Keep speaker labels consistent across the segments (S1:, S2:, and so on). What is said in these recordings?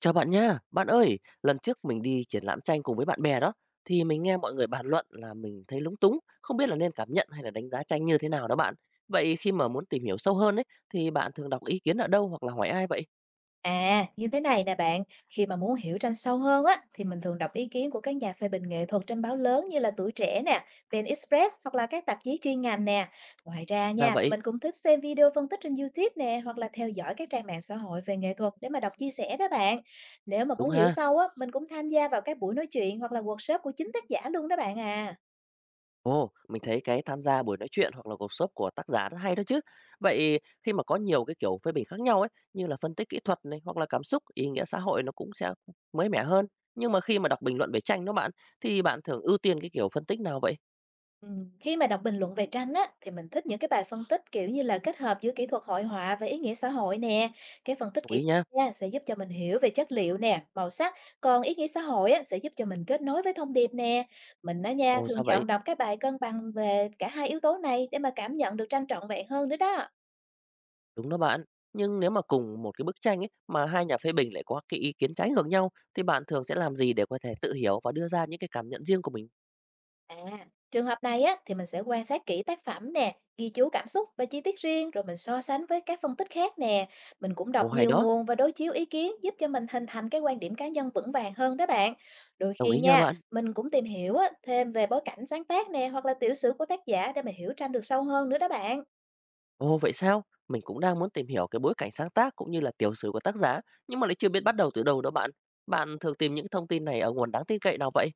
S1: Chào bạn nha, bạn ơi, lần trước mình đi triển lãm tranh cùng với bạn bè đó, thì mình nghe mọi người bàn luận là mình thấy lúng túng, không biết là nên cảm nhận hay là đánh giá tranh như thế nào đó bạn. Vậy khi mà muốn tìm hiểu sâu hơn ấy, thì bạn thường đọc ý kiến ở đâu hoặc là hỏi ai vậy?
S2: À, như thế này nè bạn, khi mà muốn hiểu tranh sâu hơn á, thì mình thường đọc ý kiến của các nhà phê bình nghệ thuật trên báo lớn như là Tuổi Trẻ nè, VN Express hoặc là các tạp chí chuyên ngành nè. Ngoài ra
S1: Ra
S2: nha,
S1: vậy,
S2: mình cũng thích xem video phân tích trên YouTube nè, hoặc là theo dõi các trang mạng xã hội về nghệ thuật để mà đọc chia sẻ đó bạn. Nếu mà
S1: đúng
S2: muốn hiểu
S1: ha?
S2: sâu á, mình cũng tham gia vào các buổi nói chuyện hoặc là workshop của chính tác giả luôn đó bạn à.
S1: Ồ, mình thấy cái tham gia buổi nói chuyện hoặc là workshop của tác giả rất hay đó chứ. Vậy khi mà có nhiều cái kiểu phê bình khác nhau ấy, như là phân tích kỹ thuật này hoặc là cảm xúc, ý nghĩa xã hội nó cũng sẽ mới mẻ hơn. Nhưng mà khi mà đọc bình luận về tranh đó bạn, thì bạn thường ưu tiên cái kiểu phân tích nào vậy?
S2: Khi mà đọc bình luận về tranh á, thì mình thích những cái bài phân tích kiểu như là kết hợp giữa kỹ thuật hội họa và ý nghĩa xã hội nè. Cái phân tích
S1: Đồng
S2: kỹ
S1: ý nha.
S2: thuật nha sẽ giúp cho mình hiểu về chất liệu nè, màu sắc, còn ý nghĩa xã hội á, sẽ giúp cho mình kết nối với thông điệp nè. Mình á nha,
S1: Ồ,
S2: thường
S1: ra vậy?
S2: chọn đọc các bài cân bằng về cả hai yếu tố này để mà cảm nhận được tranh trọn vẹn hơn nữa đó.
S1: Đúng đó bạn. Nhưng nếu mà cùng một cái bức tranh ấy mà hai nhà phê bình lại có cái ý kiến trái ngược nhau thì bạn thường sẽ làm gì để có thể tự hiểu và đưa ra những cái cảm nhận riêng của mình?
S2: À, trường hợp này á, thì mình sẽ quan sát kỹ tác phẩm nè, ghi chú cảm xúc và chi tiết riêng rồi mình so sánh với các phân tích khác nè. Mình cũng đọc
S1: Ồ, hay
S2: nhiều
S1: đó,
S2: nguồn và đối chiếu ý kiến giúp cho mình hình thành cái quan điểm cá nhân vững vàng hơn đó bạn. Đôi
S1: đồng
S2: khi
S1: ý nha
S2: nha,
S1: bạn.
S2: mình cũng tìm hiểu á, thêm về bối cảnh sáng tác nè hoặc là tiểu sử của tác giả để mình hiểu tranh được sâu hơn nữa đó bạn.
S1: Ồ, vậy sao? Mình cũng đang muốn tìm hiểu cái bối cảnh sáng tác cũng như là tiểu sử của tác giả nhưng mà lại chưa biết bắt đầu từ đâu đó bạn. Bạn thường tìm những thông tin này ở nguồn đáng tin cậy nào vậy?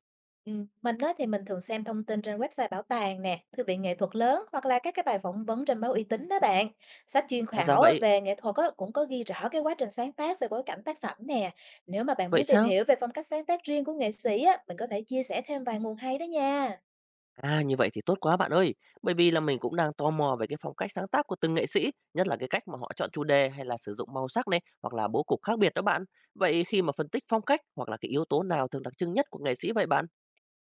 S2: Mình á thì mình thường xem thông tin trên website bảo tàng nè, thư viện nghệ thuật lớn hoặc là các cái bài phỏng vấn trên báo uy tín đó bạn. Sách chuyên
S1: À, ra
S2: khảo á,
S1: vậy.
S2: về nghệ thuật á, cũng có ghi rõ cái quá trình sáng tác về bối cảnh tác phẩm nè. Nếu mà bạn
S1: Vậy
S2: muốn tìm
S1: sao?
S2: hiểu về phong cách sáng tác riêng của nghệ sĩ á, mình có thể chia sẻ thêm vài nguồn hay đó nha.
S1: À, như vậy thì tốt quá bạn ơi, bởi vì là mình cũng đang tò mò về cái phong cách sáng tác của từng nghệ sĩ, nhất là cái cách mà họ chọn chủ đề hay là sử dụng màu sắc này hoặc là bố cục khác biệt đó bạn. Vậy khi mà phân tích phong cách hoặc là cái yếu tố nào thường đặc trưng nhất của nghệ sĩ vậy bạn?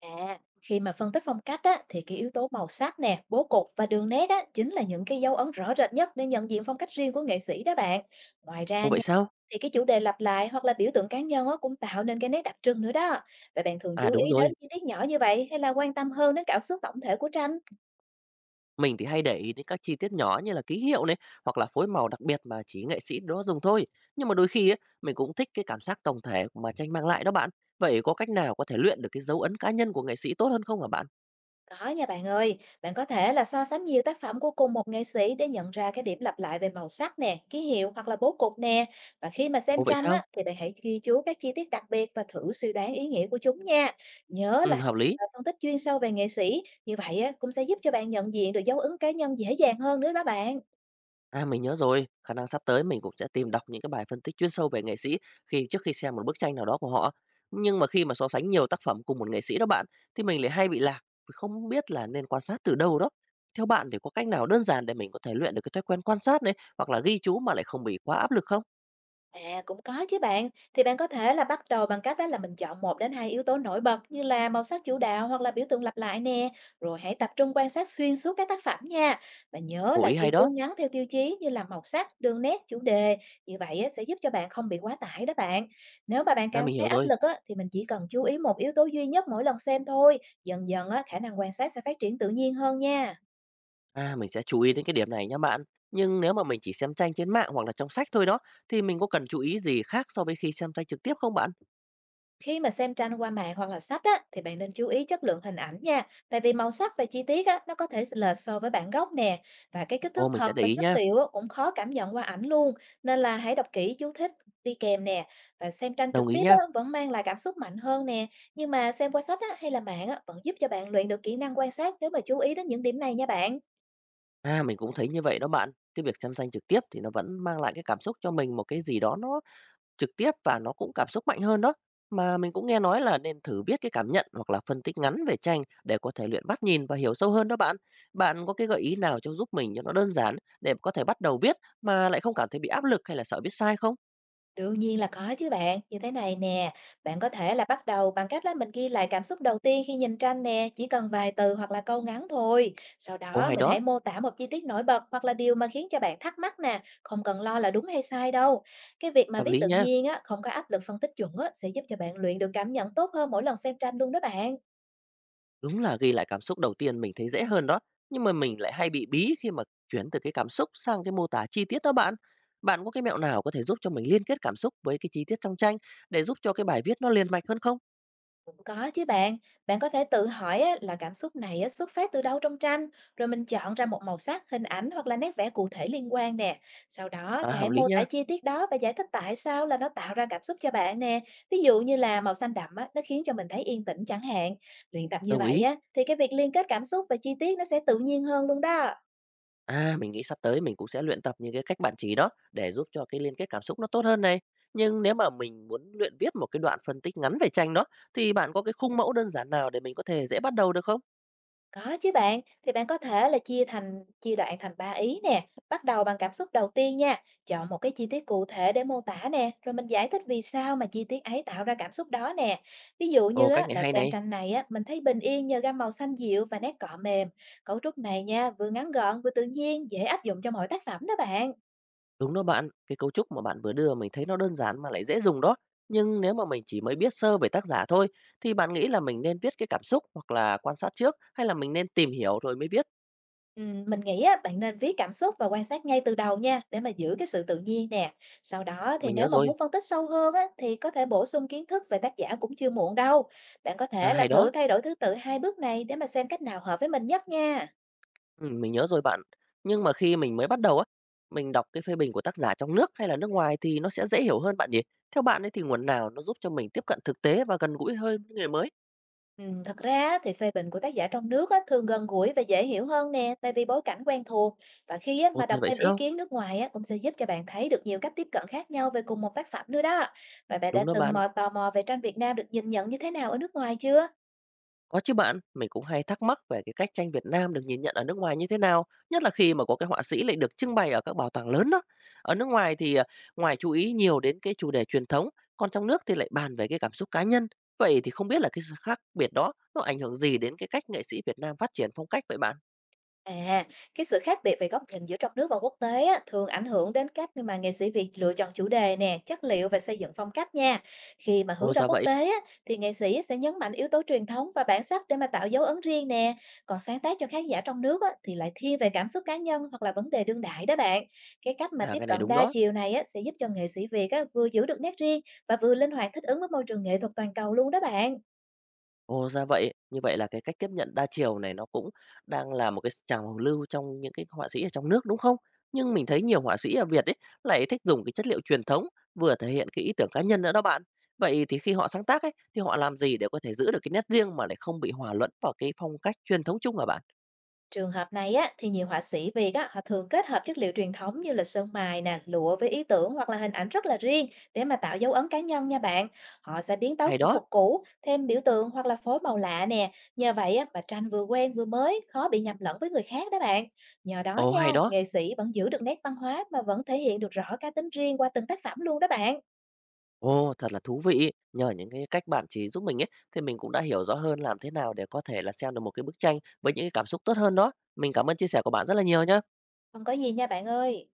S2: À, khi mà phân tích phong cách á, thì cái yếu tố màu sắc nè, bố cục và đường nét á, chính là những cái dấu ấn rõ rệt nhất để nhận diện phong cách riêng của nghệ sĩ đó bạn. Ngoài ra
S1: Ồ vậy
S2: nha,
S1: sao?
S2: thì cái chủ đề lặp lại hoặc là biểu tượng cá nhân á, cũng tạo nên cái nét đặc trưng nữa đó. Vậy bạn thường
S1: À
S2: chú
S1: đúng
S2: ý đến
S1: rồi,
S2: chi tiết nhỏ như vậy hay là quan tâm hơn đến cảm xúc tổng thể của tranh?
S1: mình thì hay để ý đến các chi tiết nhỏ như là ký hiệu này hoặc là phối màu đặc biệt mà chỉ nghệ sĩ đó dùng thôi. Nhưng mà đôi khi ấy, mình cũng thích cái cảm giác tổng thể mà tranh mang lại đó bạn. Vậy có cách nào có thể luyện được cái dấu ấn cá nhân của nghệ sĩ tốt hơn không hả bạn?
S2: Có nha bạn ơi, bạn có thể là so sánh nhiều tác phẩm của cùng một nghệ sĩ để nhận ra cái điểm lặp lại về màu sắc nè, ký hiệu hoặc là bố cục nè. Và khi mà xem
S1: Ồ vậy
S2: tranh
S1: sao?
S2: á, thì bạn hãy ghi chú các chi tiết đặc biệt và thử suy đoán ý nghĩa của chúng nha. Nhớ
S1: Ừ,
S2: là
S1: hợp lý.
S2: phân tích chuyên sâu về nghệ sĩ, như vậy á, cũng sẽ giúp cho bạn nhận diện được dấu ấn cá nhân dễ dàng hơn nữa đó bạn.
S1: À, mình nhớ rồi, khả năng sắp tới mình cũng sẽ tìm đọc những cái bài phân tích chuyên sâu về nghệ sĩ khi trước khi xem một bức tranh nào đó của họ. Nhưng mà khi mà so sánh nhiều tác phẩm cùng một nghệ sĩ đó bạn, thì mình lại hay bị lạc, không biết là nên quan sát từ đâu đó. Theo bạn thì có cách nào đơn giản để mình có thể luyện được cái thói quen quan sát này hoặc là ghi chú mà lại không bị quá áp lực không?
S2: À, cũng có chứ bạn. Thì bạn có thể là bắt đầu bằng cách đó là mình chọn một đến 2 yếu tố nổi bật như là màu sắc chủ đạo hoặc là biểu tượng lặp lại nè. Rồi hãy tập trung quan sát xuyên suốt các tác phẩm nha. Và nhớ
S1: Ồ,
S2: là
S1: ý
S2: ghi
S1: hay
S2: chú
S1: đó.
S2: ngắn theo tiêu chí như là màu sắc, đường nét, chủ đề. Như vậy á, sẽ giúp cho bạn không bị quá tải đó bạn. Nếu mà bạn
S1: À,
S2: cảm
S1: mình
S2: thấy
S1: hiểu
S2: áp
S1: rồi.
S2: lực á, thì mình chỉ cần chú ý một yếu tố duy nhất mỗi lần xem thôi. Dần dần á, khả năng quan sát sẽ phát triển tự nhiên hơn nha.
S1: À, mình sẽ chú ý đến cái điểm này nha bạn. Nhưng nếu mà mình chỉ xem tranh trên mạng hoặc là trong sách thôi đó, thì mình có cần chú ý gì khác so với khi xem tranh trực tiếp không bạn?
S2: Khi mà xem tranh qua mạng hoặc là sách á, thì bạn nên chú ý chất lượng hình ảnh nha. Tại vì màu sắc và chi tiết á, nó có thể lệch so với bản gốc nè. Và cái kích thước
S1: Ồ, mình
S2: thật
S1: sẽ để
S2: và
S1: ý
S2: chất
S1: nha.
S2: liệu á, cũng khó cảm nhận qua ảnh luôn. Nên là hãy đọc kỹ chú thích đi kèm nè. Và xem tranh
S1: Đồng
S2: trực
S1: ý
S2: tiếp
S1: nha.
S2: á, vẫn mang lại cảm xúc mạnh hơn nè. Nhưng mà xem qua sách á, hay là mạng á, vẫn giúp cho bạn luyện được kỹ năng quan sát nếu mà chú ý đến những điểm này nha bạn.
S1: À, mình cũng thấy như vậy đó bạn. Cái việc xem tranh trực tiếp thì nó vẫn mang lại cái cảm xúc cho mình một cái gì đó nó trực tiếp và nó cũng cảm xúc mạnh hơn đó. Mà mình cũng nghe nói là nên thử viết cái cảm nhận hoặc là phân tích ngắn về tranh để có thể luyện bắt nhìn và hiểu sâu hơn đó bạn. Bạn có cái gợi ý nào cho giúp mình cho nó đơn giản để có thể bắt đầu viết mà lại không cảm thấy bị áp lực hay là sợ viết sai không?
S2: Đương nhiên là có chứ bạn, như thế này nè, bạn có thể là bắt đầu bằng cách là mình ghi lại cảm xúc đầu tiên khi nhìn tranh nè, chỉ cần vài từ hoặc là câu ngắn thôi. Sau
S1: Ồ
S2: đó
S1: hay
S2: mình
S1: đó,
S2: hãy mô tả một chi tiết nổi bật hoặc là điều mà khiến cho bạn thắc mắc nè, không cần lo là đúng hay sai đâu. Cái việc mà
S1: hợp
S2: viết
S1: lý
S2: tự
S1: nha.
S2: nhiên á, không có áp lực phân tích chuẩn á, sẽ giúp cho bạn luyện được cảm nhận tốt hơn mỗi lần xem tranh luôn đó bạn.
S1: Đúng là ghi lại cảm xúc đầu tiên mình thấy dễ hơn đó, nhưng mà mình lại hay bị bí khi mà chuyển từ cái cảm xúc sang cái mô tả chi tiết đó bạn. Bạn có cái mẹo nào có thể giúp cho mình liên kết cảm xúc với cái chi tiết trong tranh để giúp cho cái bài viết nó liền mạch hơn không?
S2: Cũng có chứ bạn, bạn có thể tự hỏi á, là cảm xúc này á, xuất phát từ đâu trong tranh, rồi mình chọn ra một màu sắc, hình ảnh hoặc là nét vẽ cụ thể liên quan nè. Sau đó
S1: À,
S2: thì hãy
S1: hợp lý
S2: mô tả
S1: nha,
S2: chi tiết đó và giải thích tại sao là nó tạo ra cảm xúc cho bạn nè. Ví dụ như là màu xanh đậm á, nó khiến cho mình thấy yên tĩnh chẳng hạn. Luyện tập như
S1: đồng
S2: vậy
S1: ý.
S2: á, thì cái việc liên kết cảm xúc và chi tiết nó sẽ tự nhiên hơn luôn đó.
S1: À, mình nghĩ sắp tới mình cũng sẽ luyện tập những cái cách bạn chỉ đó để giúp cho cái liên kết cảm xúc nó tốt hơn này. Nhưng nếu mà mình muốn luyện viết một cái đoạn phân tích ngắn về tranh đó, thì bạn có cái khung mẫu đơn giản nào để mình có thể dễ bắt đầu được không?
S2: Có chứ bạn, thì bạn có thể là chia đoạn thành 3 ý nè, bắt đầu bằng cảm xúc đầu tiên nha, chọn một cái chi tiết cụ thể để mô tả nè, rồi mình giải thích vì sao mà chi tiết ấy tạo ra cảm xúc đó nè. Ví dụ
S1: Ồ,
S2: như
S1: cách
S2: á,
S1: này
S2: là
S1: hay này.
S2: xem tranh này á, mình thấy bình yên nhờ gam màu xanh dịu và nét cọ mềm. Cấu trúc này nha, vừa ngắn gọn vừa tự nhiên, dễ áp dụng cho mọi tác phẩm đó bạn.
S1: Đúng đó bạn, cái cấu trúc mà bạn vừa đưa mình thấy nó đơn giản mà lại dễ dùng đó. Nhưng nếu mà mình chỉ mới biết sơ về tác giả thôi, thì bạn nghĩ là mình nên viết cái cảm xúc hoặc là quan sát trước hay là mình nên tìm hiểu rồi mới viết?
S2: Mình nghĩ á, bạn nên viết cảm xúc và quan sát ngay từ đầu nha, để mà giữ cái sự tự nhiên nè. Sau đó thì
S1: Mình
S2: nếu
S1: nhớ
S2: mà
S1: rồi.
S2: muốn phân tích sâu hơn á, thì có thể bổ sung kiến thức về tác giả cũng chưa muộn đâu. Bạn có
S1: À
S2: thể là
S1: hay
S2: thử
S1: đó,
S2: thay đổi thứ tự hai bước này để mà xem cách nào hợp với mình nhất nha.
S1: ừ, mình nhớ rồi bạn. Nhưng mà khi mình mới bắt đầu á, mình đọc cái phê bình của tác giả trong nước hay là nước ngoài thì nó sẽ dễ hiểu hơn bạn nhỉ? Theo bạn ấy thì nguồn nào nó giúp cho mình tiếp cận thực tế và gần gũi hơn với người mới?
S2: Thật ra á, thì phê bình của tác giả trong nước á, thường gần gũi và dễ hiểu hơn nè, tại vì bối cảnh quen thuộc. Và khi á,
S1: Ồ
S2: mà
S1: thật
S2: đọc
S1: vậy
S2: thêm ý
S1: sao?
S2: kiến nước ngoài á, cũng sẽ giúp cho bạn thấy được nhiều cách tiếp cận khác nhau về cùng một tác phẩm nữa đó. Và bạn đã
S1: Đúng đó
S2: từng
S1: bạn.
S2: tò mò về tranh Việt Nam được nhìn nhận như thế nào ở nước ngoài chưa?
S1: Có chứ bạn, mình cũng hay thắc mắc về cái cách tranh Việt Nam được nhìn nhận ở nước ngoài như thế nào, nhất là khi mà có cái họa sĩ lại được trưng bày ở các bảo tàng lớn đó. Ở nước ngoài thì à, ngoài chú ý nhiều đến cái chủ đề truyền thống, còn trong nước thì lại bàn về cái cảm xúc cá nhân. Vậy thì không biết là cái sự khác biệt đó nó ảnh hưởng gì đến cái cách nghệ sĩ Việt Nam phát triển phong cách vậy bạn?
S2: À, cái sự khác biệt về góc nhìn giữa trong nước và quốc tế á, thường ảnh hưởng đến cách mà nghệ sĩ Việt lựa chọn chủ đề nè, chất liệu và xây dựng phong cách nha. Khi mà hướng
S1: Ồ
S2: ra
S1: ra
S2: quốc
S1: vậy,
S2: tế á, thì nghệ sĩ sẽ nhấn mạnh yếu tố truyền thống và bản sắc để mà tạo dấu ấn riêng nè. Còn sáng tác cho khán giả trong nước á, thì lại thiên về cảm xúc cá nhân hoặc là vấn đề đương đại đó bạn. Cái cách mà
S1: à
S2: tiếp
S1: cái này
S2: cận
S1: đúng
S2: đa
S1: đó.
S2: chiều này á, sẽ giúp cho nghệ sĩ Việt á, vừa giữ được nét riêng và vừa linh hoạt thích ứng với môi trường nghệ thuật toàn cầu luôn đó bạn.
S1: Ồ, ra vậy. Như vậy là cái cách tiếp nhận đa chiều này nó cũng đang là một cái trào lưu trong những cái họa sĩ ở trong nước, đúng không? Nhưng mình thấy nhiều họa sĩ ở Việt ấy, lại thích dùng cái chất liệu truyền thống, vừa thể hiện cái ý tưởng cá nhân nữa đó bạn. Vậy thì khi họ sáng tác ấy, thì họ làm gì để có thể giữ được cái nét riêng mà lại không bị hòa lẫn vào cái phong cách truyền thống chung hả bạn?
S2: Trường hợp này á, thì nhiều họa sĩ Việt á, họ thường kết hợp chất liệu truyền thống như là sơn mài nè, lụa với ý tưởng hoặc là hình ảnh rất là riêng để mà tạo dấu ấn cá nhân nha bạn. Họ sẽ biến tấu
S1: Hay
S2: kỹ
S1: đó.
S2: thuật cũ, thêm biểu tượng hoặc là phối màu lạ nè. Nhờ vậy á, mà tranh vừa quen vừa mới, khó bị nhầm lẫn với người khác đó bạn. Nhờ đó
S1: Ồ,
S2: nha,
S1: hay đó.
S2: nghệ sĩ vẫn giữ được nét văn hóa mà vẫn thể hiện được rõ cá tính riêng qua từng tác phẩm luôn đó bạn.
S1: Ồ, thật là thú vị. Nhờ những cái cách bạn chỉ giúp mình ấy, thì mình cũng đã hiểu rõ hơn làm thế nào để có thể là xem được một cái bức tranh với những cái cảm xúc tốt hơn đó. Mình cảm ơn chia sẻ của bạn rất là nhiều nhé.
S2: Không có gì nha bạn ơi.